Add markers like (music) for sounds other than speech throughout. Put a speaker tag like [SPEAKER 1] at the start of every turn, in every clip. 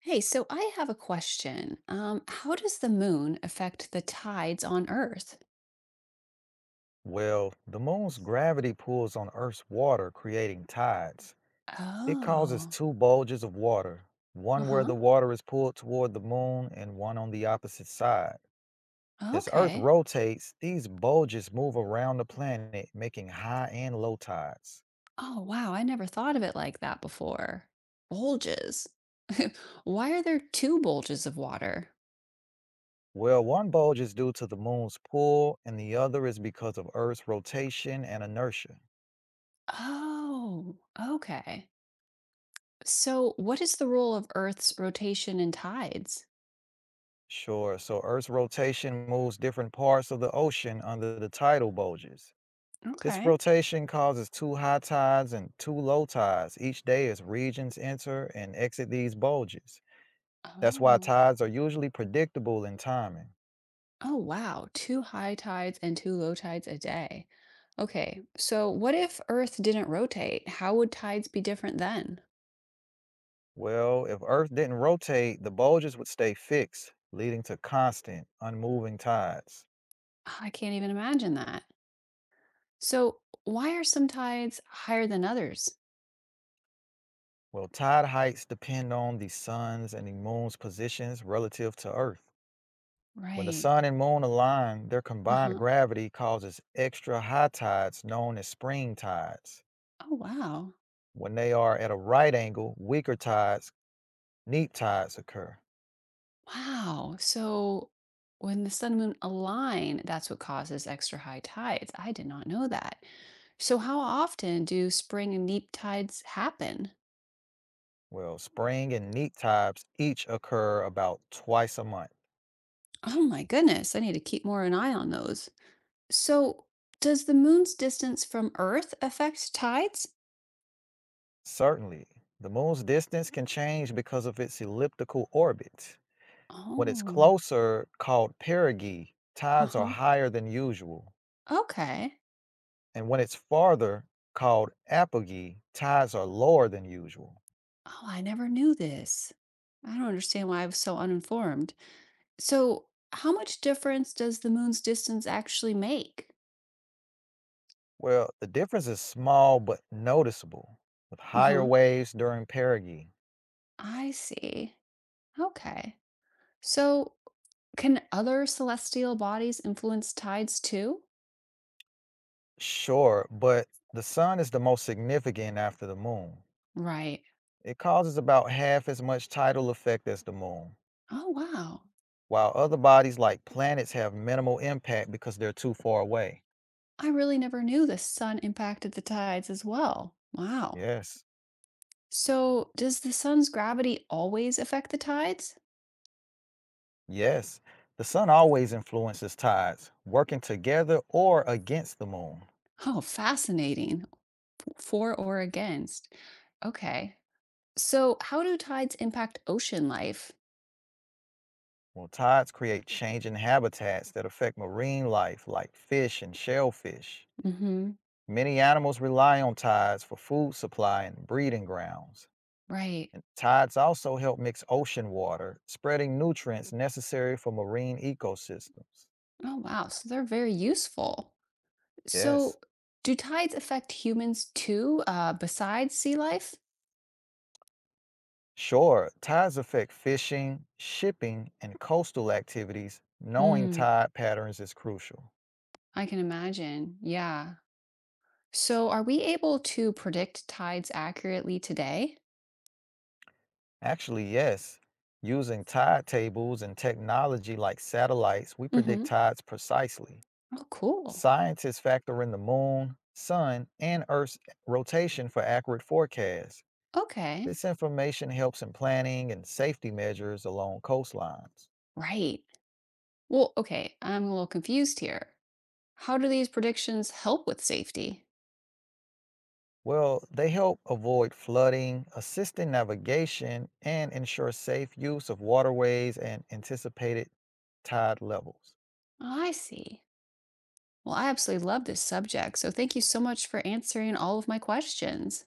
[SPEAKER 1] Hey, so I have a question. How does the moon affect the tides on Earth?
[SPEAKER 2] Well, the moon's gravity pulls on Earth's water, creating tides. It causes
[SPEAKER 1] Oh,
[SPEAKER 2] two bulges of water, one where
[SPEAKER 1] uh-huh.
[SPEAKER 2] the water is pulled toward the moon and one on the opposite side. As Earth
[SPEAKER 1] Okay.
[SPEAKER 2] rotates, these bulges move around the planet, making high and low tides.
[SPEAKER 1] Oh, wow. I never thought of it like that before. Bulges. (laughs) Why are there two bulges of water?
[SPEAKER 2] Well, one bulge is due to the moon's pull, and the other is because of Earth's rotation and inertia.
[SPEAKER 1] Oh, okay. So, what is the role of Earth's rotation and tides?
[SPEAKER 2] Sure, so Earth's rotation moves different parts of the ocean under the tidal bulges. This
[SPEAKER 1] Okay.
[SPEAKER 2] rotation causes two high tides and two low tides each day as regions enter and exit these bulges. That's why
[SPEAKER 1] Oh.
[SPEAKER 2] tides are usually predictable in timing.
[SPEAKER 1] Oh, wow. Two high tides and two low tides a day. Okay. So, what if Earth didn't rotate? How would tides be different then?
[SPEAKER 2] Well, if Earth didn't rotate, the bulges would stay fixed, leading to constant, unmoving tides.
[SPEAKER 1] Ah, I can't even imagine that. So, why are some tides higher than others?
[SPEAKER 2] Well, tide heights depend on the sun's and the moon's positions relative to Earth. When the
[SPEAKER 1] Right.
[SPEAKER 2] sun and moon align, their
[SPEAKER 1] Uh
[SPEAKER 2] combined
[SPEAKER 1] huh.
[SPEAKER 2] gravity causes extra high tides known as spring tides.
[SPEAKER 1] Oh, wow.
[SPEAKER 2] When they are at a right angle, weaker tides, neap tides occur.
[SPEAKER 1] Wow. So, when the sun and moon align, that's what causes extra high tides. I did not know that. So, how often do spring and neap tides happen?
[SPEAKER 2] Well, spring and neap tides each occur about twice a month.
[SPEAKER 1] Oh, my goodness. I need to keep more an eye on those. So, does the moon's distance from Earth affect tides?
[SPEAKER 2] Certainly, the moon's distance can change because of its elliptical orbit. When it's
[SPEAKER 1] Oh,
[SPEAKER 2] closer, called perigee, tides are
[SPEAKER 1] uh-huh.
[SPEAKER 2] higher than usual.
[SPEAKER 1] Okay.
[SPEAKER 2] And when it's farther, called apogee, tides are lower than usual.
[SPEAKER 1] Oh, I never knew this. I don't understand why I was so uninformed. So, how much difference does the moon's distance actually make?
[SPEAKER 2] Well, the difference is small but noticeable, with higher
[SPEAKER 1] Uh-huh.
[SPEAKER 2] waves during perigee.
[SPEAKER 1] I see. Okay. So, can other celestial bodies influence tides too?
[SPEAKER 2] Sure, but the sun is the most significant after the moon.
[SPEAKER 1] Right.
[SPEAKER 2] It causes about half as much tidal effect as the moon,
[SPEAKER 1] Oh, wow.
[SPEAKER 2] while other bodies like planets have minimal impact because they're too far away.
[SPEAKER 1] I really never knew the sun impacted the tides as well. Wow.
[SPEAKER 2] Yes,
[SPEAKER 1] So, does the sun's gravity always affect the tides?
[SPEAKER 2] yes. The sun always influences tides, working together or against the moon.
[SPEAKER 1] Oh, fascinating. For or against. Okay. So, how do tides impact ocean life?
[SPEAKER 2] Well, tides create changing habitats that affect marine life like fish and shellfish.
[SPEAKER 1] Mm-hmm.
[SPEAKER 2] Many animals rely on tides for food supply and breeding grounds.
[SPEAKER 1] Right.
[SPEAKER 2] And tides also help mix ocean water, spreading nutrients necessary for marine ecosystems.
[SPEAKER 1] Oh, wow. So, they're very useful.
[SPEAKER 2] Yes.
[SPEAKER 1] So, do tides affect humans too, besides sea life?
[SPEAKER 2] Sure, tides affect fishing, shipping, and coastal activities. Knowing
[SPEAKER 1] Hmm.
[SPEAKER 2] tide patterns is crucial.
[SPEAKER 1] I can imagine. Yeah. So, are we able to predict tides accurately today?
[SPEAKER 2] Actually, yes. Using tide tables and technology like satellites, we predict
[SPEAKER 1] Mm-hmm.
[SPEAKER 2] tides precisely.
[SPEAKER 1] Oh, cool.
[SPEAKER 2] Scientists factor in the moon, sun, and Earth's rotation for accurate forecasts.
[SPEAKER 1] Okay.
[SPEAKER 2] This information helps in planning and safety measures along coastlines.
[SPEAKER 1] Right. Well, okay, I'm a little confused here. How do these predictions help with safety?
[SPEAKER 2] Well, they help avoid flooding, assist in navigation, and ensure safe use of waterways and anticipated tide levels.
[SPEAKER 1] I see. Well, I absolutely love this subject, so thank you so much for answering all of my questions.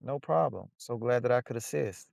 [SPEAKER 2] No problem. So glad that I could assist.